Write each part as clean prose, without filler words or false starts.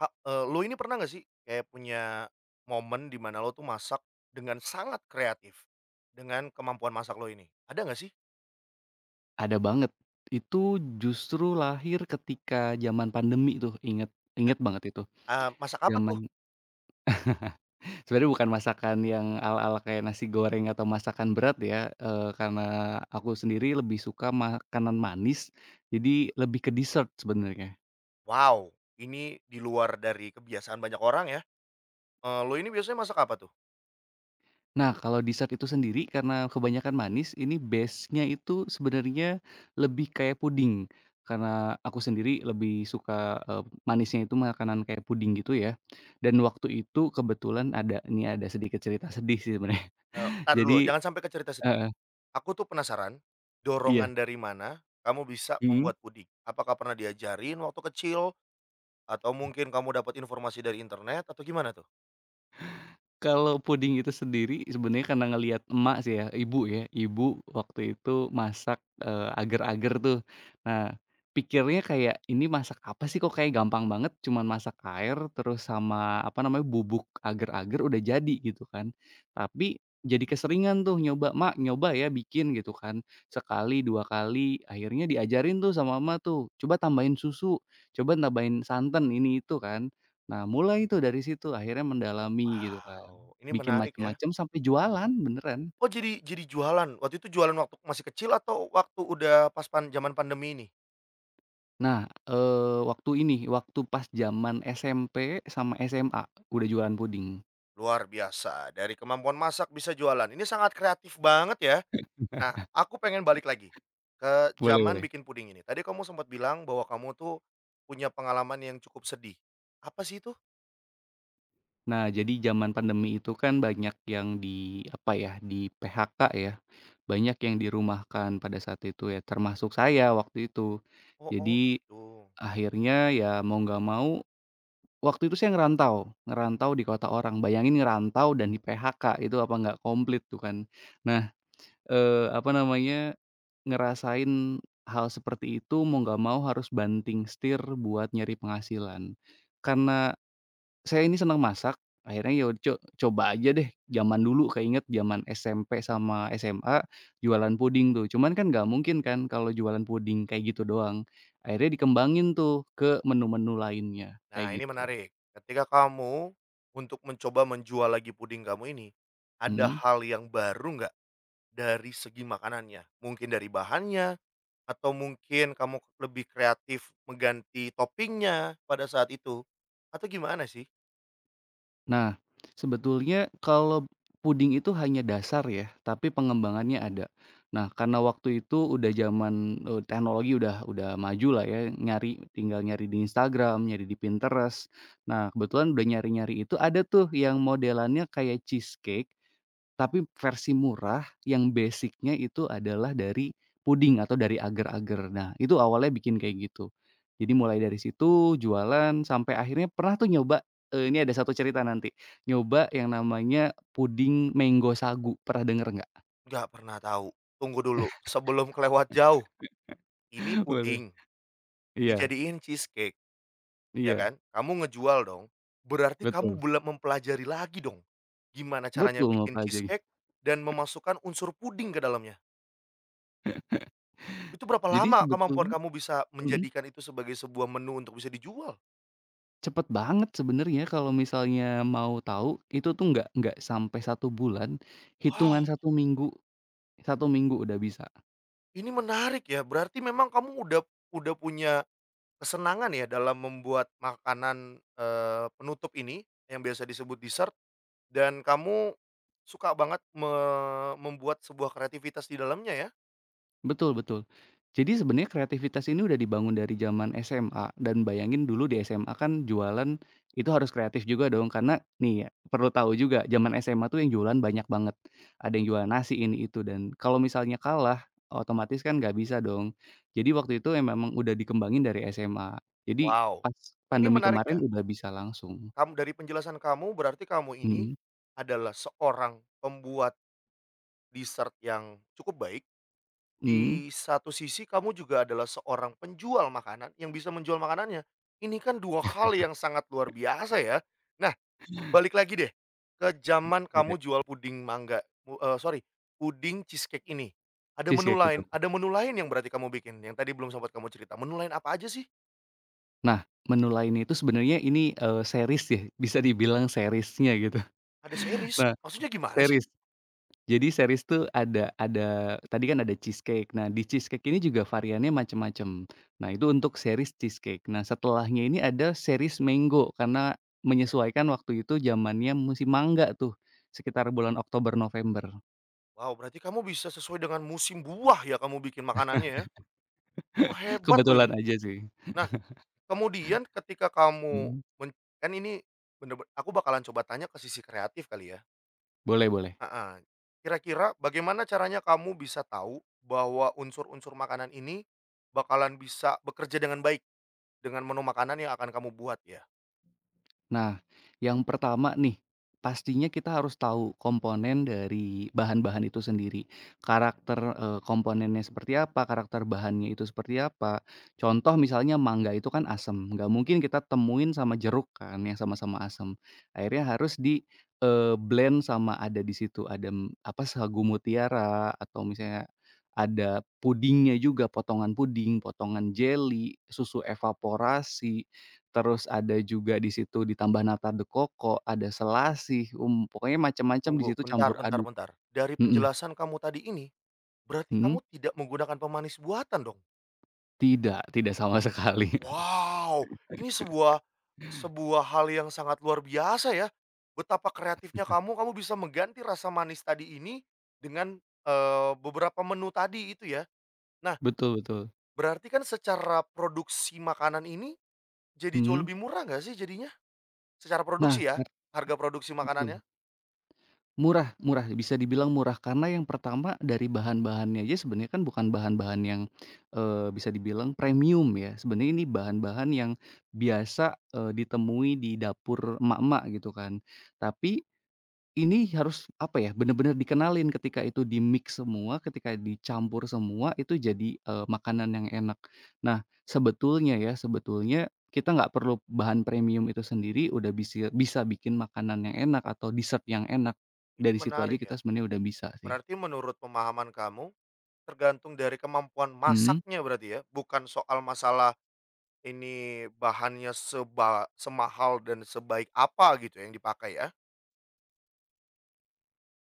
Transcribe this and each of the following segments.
Lu ini pernah nggak sih kayak punya momen di mana lo tuh masak dengan sangat kreatif, dengan kemampuan masak lo ini? Ada nggak sih? Ada banget. Itu justru lahir ketika zaman pandemi tuh, inget inget banget itu. Masak apa Zaman, tuh? sebenarnya bukan masakan yang ala-ala kayak nasi goreng atau masakan berat ya, karena aku sendiri lebih suka makanan manis, jadi lebih ke dessert sebenarnya. Wow, ini di luar dari kebiasaan banyak orang ya. Lo ini biasanya masak apa tuh? Nah, kalau dessert itu sendiri karena kebanyakan manis, ini base-nya itu sebenarnya lebih kayak puding. Karena aku sendiri lebih suka, eee, manisnya itu makanan kayak puding gitu ya. Dan waktu itu kebetulan ada ini ada sedikit cerita sedih sih sebenarnya. Entar dulu, Jadi, jangan sampai ke cerita sedih. heeh, Aku tuh penasaran, iya, dorongan dari mana kamu bisa mhm. membuat puding? Apakah pernah diajarin waktu kecil? Atau mungkin kamu dapat informasi dari internet atau gimana tuh? Kalau puding itu sendiri sebenarnya karena ngelihat emak sih ya, ibu waktu itu masak, agar-agar tuh. Nah, pikirnya kayak, "Ini masak apa sih kok kayak gampang banget, cuman masak air terus sama apa namanya, bubuk agar-agar udah jadi," gitu kan. Tapi jadi keseringan tuh nyoba, "Mak, nyoba ya bikin," gitu kan. Sekali, 2 kali, akhirnya diajarin tuh sama emak tuh, "Coba tambahin susu, coba tambahin santan, ini itu," kan. Nah mulai itu dari situ akhirnya mendalami gitu kan. Wow, ini Bikin menarik ya. macem-macem sampai jualan beneran. Oh, jadi jualan, waktu itu jualan waktu masih kecil atau waktu udah pas pan zaman pandemi ini? Nah, waktu pas zaman SMP sama SMA udah jualan puding. Luar biasa, dari kemampuan masak bisa jualan, ini sangat kreatif banget ya. Nah, aku pengen balik lagi ke Boleh zaman boleh. bikin puding ini. Tadi kamu sempat bilang bahwa kamu tuh punya pengalaman yang cukup sedih. Apa sih itu? Nah, jadi zaman pandemi itu kan banyak yang di apa ya, di PHK ya, banyak yang dirumahkan pada saat itu ya, termasuk saya waktu itu. Oh oh Jadi gitu. akhirnya ya mau nggak mau, waktu itu saya ngerantau di kota orang. Bayangin ngerantau dan di PHK itu apa nggak komplit tuh kan. Nah, apa namanya. Ngerasain hal seperti itu mau nggak mau harus banting setir buat nyari penghasilan. Karena saya ini senang masak, akhirnya ya coba aja deh zaman dulu keinget zaman SMP sama SMA jualan puding tuh, cuman kan nggak mungkin kan kalau jualan puding kayak gitu doang. Akhirnya dikembangin tuh ke menu-menu lainnya, Nah kayak ini gitu. menarik, ketika kamu untuk mencoba menjual lagi puding kamu ini, ada Mhm. hal yang baru nggak? Dari segi makanannya, mungkin dari bahannya, atau mungkin kamu lebih kreatif mengganti toppingnya pada saat itu, atau gimana sih? Nah, sebetulnya kalau puding itu hanya dasar ya, tapi pengembangannya ada. Nah, karena waktu itu udah zaman, teknologi udah maju lah ya, tinggal nyari di Instagram, nyari di Pinterest. Nah, kebetulan udah nyari-nyari itu, ada tuh yang modelannya kayak cheesecake tapi versi murah yang basicnya itu adalah dari puding atau dari agar-agar. Nah, itu awalnya bikin kayak gitu. Jadi mulai dari situ jualan sampai akhirnya pernah tuh nyoba, ini ada satu cerita nanti, nyoba yang namanya puding mango sagu, pernah denger nggak? Nggak pernah tahu. Tunggu dulu, sebelum kelewat jauh, ini Boleh. puding, Iya dijadiin cheesecake, ya iya, kan? Kamu ngejual dong, berarti kamu betul. belum mempelajari lagi dong, gimana caranya Betul mau bikin Kak, cheesecake dan memasukkan unsur puding ke dalamnya. Itu berapa jadi lama kemampuan sebetulnya, kamu bisa mhm, menjadikan itu sebagai sebuah menu untuk bisa dijual? cepet banget sebenarnya kalau misalnya mau tahu, itu tuh nggak sampai satu bulan, Wow. hitungan satu minggu udah bisa. Ini menarik ya, berarti memang kamu udah punya kesenangan ya dalam membuat makanan, penutup ini yang biasa disebut dessert, dan kamu suka banget membuat sebuah kreativitas di dalamnya ya? Betul betul. Jadi sebenarnya kreativitas ini udah dibangun dari zaman SMA dan bayangin dulu di SMA kan jualan itu harus kreatif juga dong karena nih ya, perlu tahu juga zaman SMA tuh yang jualan banyak banget. Ada yang jualan nasi ini itu dan kalau misalnya kalah otomatis kan nggak bisa dong. Jadi waktu itu memang udah dikembangin dari SMA. Jadi Wow, pas ini pandemi menarik kemarin ya. udah bisa langsung. Kamu dari penjelasan kamu berarti kamu ini Mhm, adalah seorang pembuat dessert yang cukup baik, mhm. di satu sisi kamu juga adalah seorang penjual makanan yang bisa menjual makanannya. Ini kan 2 hal yang sangat luar biasa ya. Nah, balik lagi deh, ke zaman Oke. kamu jual puding mangga, sorry, puding cheesecake ini. Cheesecake betul. Ada menu lain yang berarti kamu bikin, yang tadi belum sempat kamu cerita, menu lain apa aja sih? Nah, menu lainnya itu sebenarnya ini, series ya, bisa dibilang seriesnya gitu. Ada series? Nah, Maksudnya gimana sih? series. Jadi series tuh ada tadi kan ada cheesecake. Nah, di cheesecake ini juga variannya macam-macam. Nah, itu untuk series cheesecake. Nah, setelahnya ini ada series mango karena menyesuaikan waktu itu zamannya musim mangga tuh, sekitar bulan Oktober, November. Wow, berarti kamu bisa sesuai dengan musim buah ya kamu bikin makanannya ya? Wah, hebat loh Kebetulan ini. aja sih. Nah, kemudian ketika kamu Mhm, men kan ini bener bener aku bakalan coba tanya ke sisi kreatif kali ya. boleh boleh. Heeh, kira-kira bagaimana caranya kamu bisa tahu bahwa unsur-unsur makanan ini bakalan bisa bekerja dengan baik dengan menu makanan yang akan kamu buat ya? Nah, yang pertama nih, pastinya kita harus tahu komponen dari bahan-bahan itu sendiri. Karakter, komponennya seperti apa, karakter bahannya itu seperti apa. Contoh misalnya mangga itu kan asem, nggak mungkin kita temuin sama jeruk kan yang sama-sama asem. Akhirnya harus di, blend sama ada di situ, ada, apa, sagu mutiara atau misalnya ada pudingnya juga, potongan puding, potongan jelly susu evaporasi. Terus ada juga di situ ditambah nata de coco, ada selasih, pokoknya macam-macam di Tunggu, situ bentar campur bentar aduk. bentar, dari Mhm penjelasan kamu tadi ini, berarti mhm. kamu tidak menggunakan pemanis buatan dong? Tidak tidak sama sekali. Wow, ini sebuah sebuah hal yang sangat luar biasa ya, betapa kreatifnya kamu, kamu bisa mengganti rasa manis tadi ini dengan, beberapa menu tadi itu ya. Nah, Betul betul. berarti kan secara produksi makanan ini, jadi jauh Mhm. lebih murah nggak sih jadinya? Secara Nah, produksi ya, harga produksi betul. makanannya? Murah murah, bisa dibilang murah karena yang pertama dari bahan-bahannya aja sebenarnya kan bukan bahan-bahan yang, bisa dibilang premium ya. Sebenarnya ini bahan-bahan yang biasa, ditemui di dapur emak-emak gitu kan. Tapi ini harus, apa ya, bener-bener dikenalin ketika itu di-mix semua, ketika dicampur semua itu jadi, makanan yang enak. Nah, sebetulnya ya, sebetulnya kita nggak perlu bahan premium itu sendiri udah bisa bisa bikin makanan yang enak atau dessert yang enak. Ini Dari situ aja menarik kita ya, sebenarnya udah bisa sih. berarti menurut pemahaman kamu, tergantung dari kemampuan Mhm. masaknya berarti ya? Bukan soal masalah ini bahannya semahal dan sebaik apa gitu yang dipakai ya?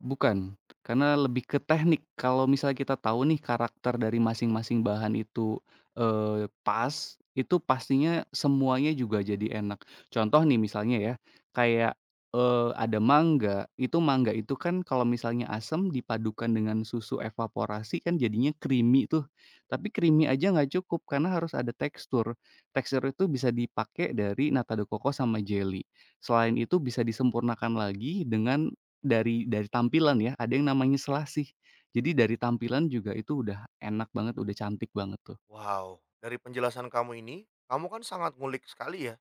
Bukan, karena lebih ke teknik. Kalau misalnya kita tahu nih karakter dari masing-masing bahan itu, pas, itu pastinya semuanya juga jadi enak. Contoh nih misalnya ya, kayak, ada mangga itu kan kalau misalnya asam dipadukan dengan susu evaporasi kan jadinya creamy tuh. Tapi creamy aja nggak cukup karena harus ada tekstur. Tekstur itu bisa dipakai dari nata de coco sama jelly. Selain itu bisa disempurnakan lagi dengan dari tampilan ya, ada yang namanya selasih. Jadi dari tampilan juga itu udah enak banget, udah cantik banget tuh. Wow, dari penjelasan kamu ini, kamu kan sangat ngulik sekali ya,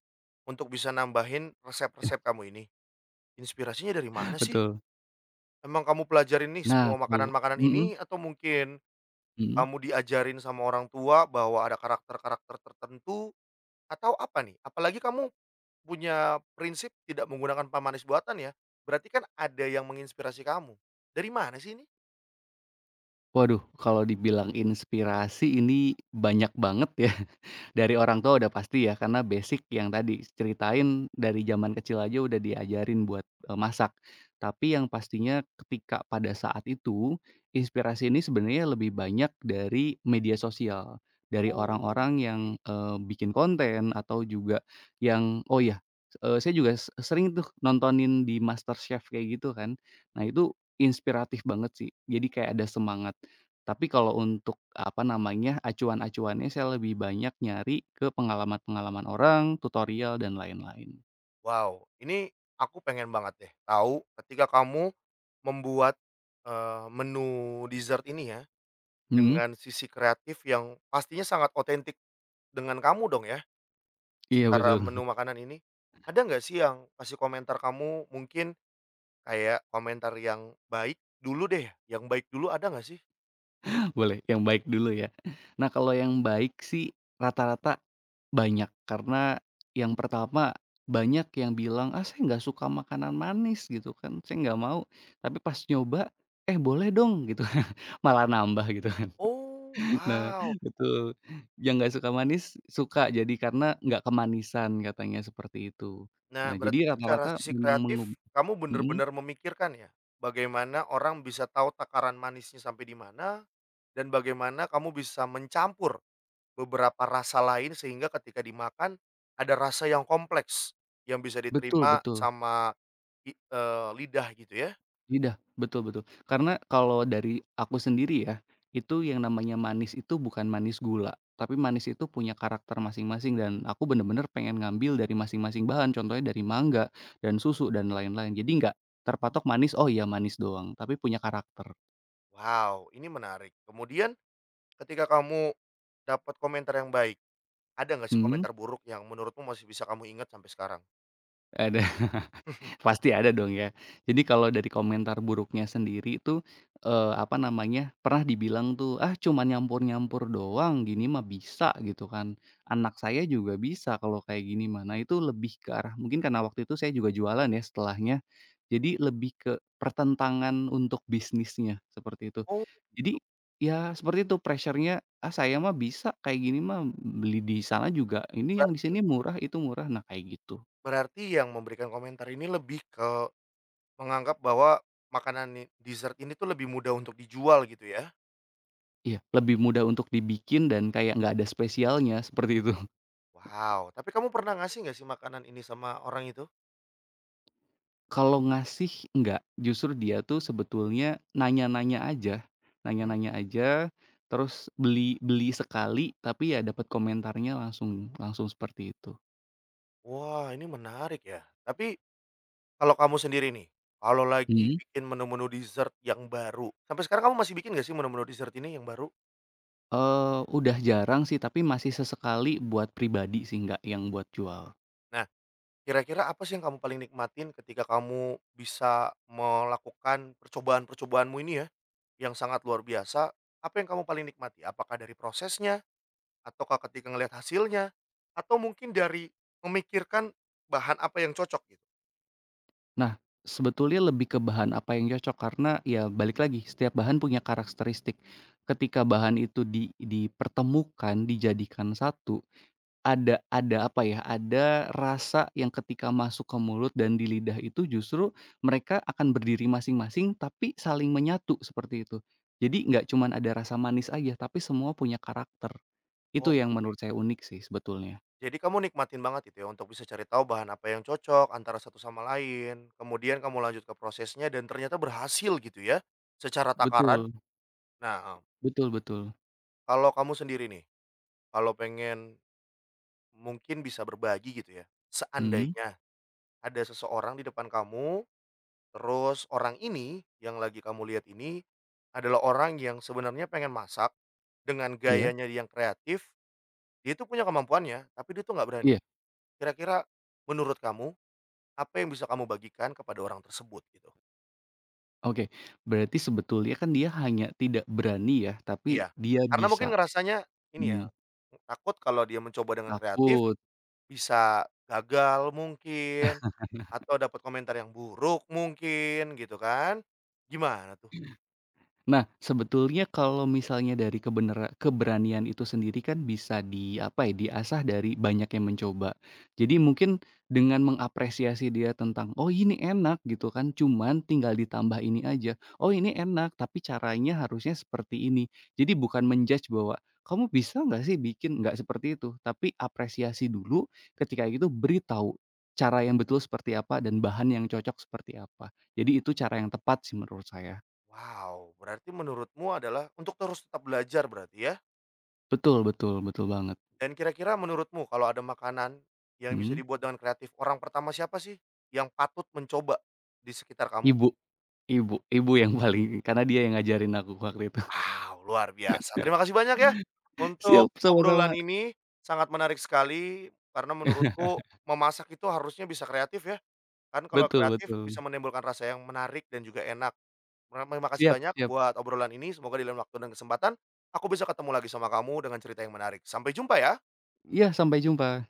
untuk bisa nambahin resep-resep kamu ini. Inspirasinya dari mana sih? Betul. Emang kamu pelajarin nih Nah, semua kalau, makanan-makanan mhm, ini atau mungkin mhm. kamu diajarin sama orang tua bahwa ada karakter-karakter tertentu atau apa nih? Apalagi kamu punya prinsip tidak menggunakan pemanis buatan ya, berarti kan ada yang menginspirasi kamu. Dari mana sih ini? Waduh, kalau dibilang inspirasi ini banyak banget ya. Dari orang tua udah pasti ya, karena basic yang tadi ceritain dari zaman kecil aja udah diajarin buat, masak. Tapi yang pastinya ketika pada saat itu, inspirasi ini sebenarnya lebih banyak dari media sosial, dari Oh, orang-orang yang, oke. Bikin konten atau juga yang, oh ya, saya juga sering tuh nontonin di MasterChef kayak gitu kan. Nah itu inspiratif banget sih, jadi kayak ada semangat. Tapi kalau untuk, apa namanya, acuan-acuannya saya lebih banyak nyari ke pengalaman-pengalaman orang, tutorial dan lain-lain. Wow, ini aku pengen banget deh tahu ketika kamu membuat, menu dessert ini ya, Mhm, dengan sisi kreatif yang pastinya sangat otentik dengan kamu dong ya? iya Secara betul, menu makanan ini, ada nggak sih yang kasih komentar kamu mungkin kayak komentar yang baik dulu deh, yang baik dulu ada nggak sih? boleh yang baik dulu ya. Nah kalau yang baik sih rata-rata banyak, karena yang pertama banyak yang bilang, "Ah saya nggak suka makanan manis," gitu kan, "saya nggak mau," tapi pas nyoba, "Eh boleh dong," gitu, malah nambah gitu. Oh, Nah, wow. betul. Yang nggak suka manis, suka. Jadi karena nggak kemanisan katanya seperti itu. Nah, Nah, jadi berarti secara rata-rata sisi memang kreatif kamu mhm, bener-bener memikirkan ya, bagaimana orang bisa tahu takaran manisnya sampai di mana dan bagaimana kamu bisa mencampur beberapa rasa lain sehingga ketika dimakan ada rasa yang kompleks yang bisa betul diterima betul. sama lidah gitu ya? Lidah, betul betul. Karena kalau dari aku sendiri ya, itu yang namanya manis itu bukan manis gula, tapi manis itu punya karakter masing-masing dan aku bener-bener pengen ngambil dari masing-masing bahan. Contohnya dari mangga dan susu dan lain-lain. Jadi nggak terpatok manis, "Oh, iya manis doang," tapi punya karakter. Wow, ini menarik. Kemudian ketika kamu dapat komentar yang baik, ada nggak sih Mhm, komentar buruk yang menurutmu masih bisa kamu ingat sampai sekarang? ada. Pasti ada dong ya. Jadi kalau dari komentar buruknya sendiri itu, apa namanya, pernah dibilang tuh, "Ah, cuman nyampur-nyampur doang, gini mah bisa," gitu kan. "Anak saya juga bisa kalau kayak gini mah." Nah, itu lebih ke arah mungkin karena waktu itu saya juga jualan ya setelahnya, jadi lebih ke pertentangan untuk bisnisnya, seperti itu. Oh, Jadi, gitu. ya seperti itu pressure-nya, "Ah, saya mah bisa, kayak gini mah beli di sana juga, ini yang di Berarti sini murah, itu murah." Nah, kayak gitu. berarti yang memberikan komentar ini lebih ke menganggap bahwa makanan dessert ini tuh lebih mudah untuk dijual gitu ya? Iya, lebih mudah untuk dibikin dan kayak nggak ada spesialnya, seperti itu. Wow, tapi kamu pernah ngasih nggak sih makanan ini sama orang itu? Kalau ngasih nggak, justru dia tuh sebetulnya nanya-nanya aja, Hmm? nanya-nanya aja, terus beli beli sekali tapi ya dapat komentarnya langsung langsung seperti itu. Wah, ini menarik ya. Tapi kalau kamu sendiri nih, kalau lagi Mhm. bikin menu-menu dessert yang baru, sampai sekarang kamu masih bikin nggak sih menu-menu dessert ini yang baru? Eee, udah jarang sih, tapi masih sesekali buat pribadi sih, nggak yang buat jual. Nah, kira-kira apa sih yang kamu paling nikmatin ketika kamu bisa melakukan percobaan-percobaanmu ini ya, yang sangat luar biasa, apa yang kamu paling nikmati? Apakah dari prosesnya? Ataukah ketika ngelihat hasilnya? Atau mungkin dari memikirkan bahan apa yang cocok gitu? Nah, sebetulnya lebih ke bahan apa yang cocok karena ya balik lagi setiap bahan punya karakteristik. Ketika bahan itu dipertemukan, dijadikan satu, ada apa ya, ada rasa yang ketika masuk ke mulut dan di lidah itu justru mereka akan berdiri masing-masing tapi saling menyatu seperti itu. Jadi nggak cuman ada rasa manis aja tapi semua punya karakter. Itu yang menurut Oke, saya unik sih sebetulnya. jadi kamu nikmatin banget itu ya untuk bisa cari tahu bahan apa yang cocok antara satu sama lain, kemudian kamu lanjut ke prosesnya dan ternyata berhasil gitu ya, secara takaran. Betul, Nah, eh, betul betul. kalau kamu sendiri nih, kalau pengen mungkin bisa berbagi gitu ya, Mhm, seandainya ada seseorang di depan kamu, terus orang ini yang lagi kamu lihat ini adalah orang yang sebenarnya pengen masak dengan iya, gayanya yang kreatif, dia itu punya kemampuannya, tapi dia tuh nggak berani. iya. Kira-kira menurut kamu, apa yang bisa kamu bagikan kepada orang tersebut gitu? Oke, berarti sebetulnya kan dia hanya tidak berani ya, tapi Iya, dia karena mungkin bisa, ngerasanya ini ya, mmm, takut kalau dia mencoba dengan kreatif. takut. Bisa gagal mungkin, atau dapat komentar yang buruk mungkin gitu kan. Gimana tuh? Nah, sebetulnya kalau misalnya dari keberanian itu sendiri kan bisa di apa ya, diasah dari banyak yang mencoba. Jadi mungkin dengan mengapresiasi dia tentang, "Oh ini enak," gitu kan, "cuman tinggal ditambah ini aja." "Oh ini enak, tapi caranya harusnya seperti ini." Jadi bukan menjudge bahwa, "Kamu bisa nggak sih bikin?" Nggak seperti itu, tapi apresiasi dulu, ketika itu beritahu cara yang betul seperti apa dan bahan yang cocok seperti apa. Jadi itu cara yang tepat sih menurut saya. Wow, berarti menurutmu adalah untuk terus tetap belajar berarti ya? Betul betul betul banget, Dan kira-kira menurutmu kalau ada makanan yang bisa mhm, dibuat dengan kreatif, orang pertama siapa sih yang patut mencoba di sekitar kamu? ibu ibu ibu yang paling karena dia yang ngajarin aku waktu itu. Wow, luar biasa. Terima kasih banyak ya Siap, untuk obrolan sama-sama. ini, sangat menarik sekali karena menurutku memasak itu harusnya bisa kreatif ya. Kan kalau Betul kreatif bisa betul. menimbulkan rasa yang menarik dan juga enak. Terima kasih Siap banyak siap. buat obrolan ini, semoga di lain waktu dan kesempatan, aku bisa ketemu lagi sama kamu dengan cerita yang menarik. Sampai jumpa ya. Iya, sampai jumpa.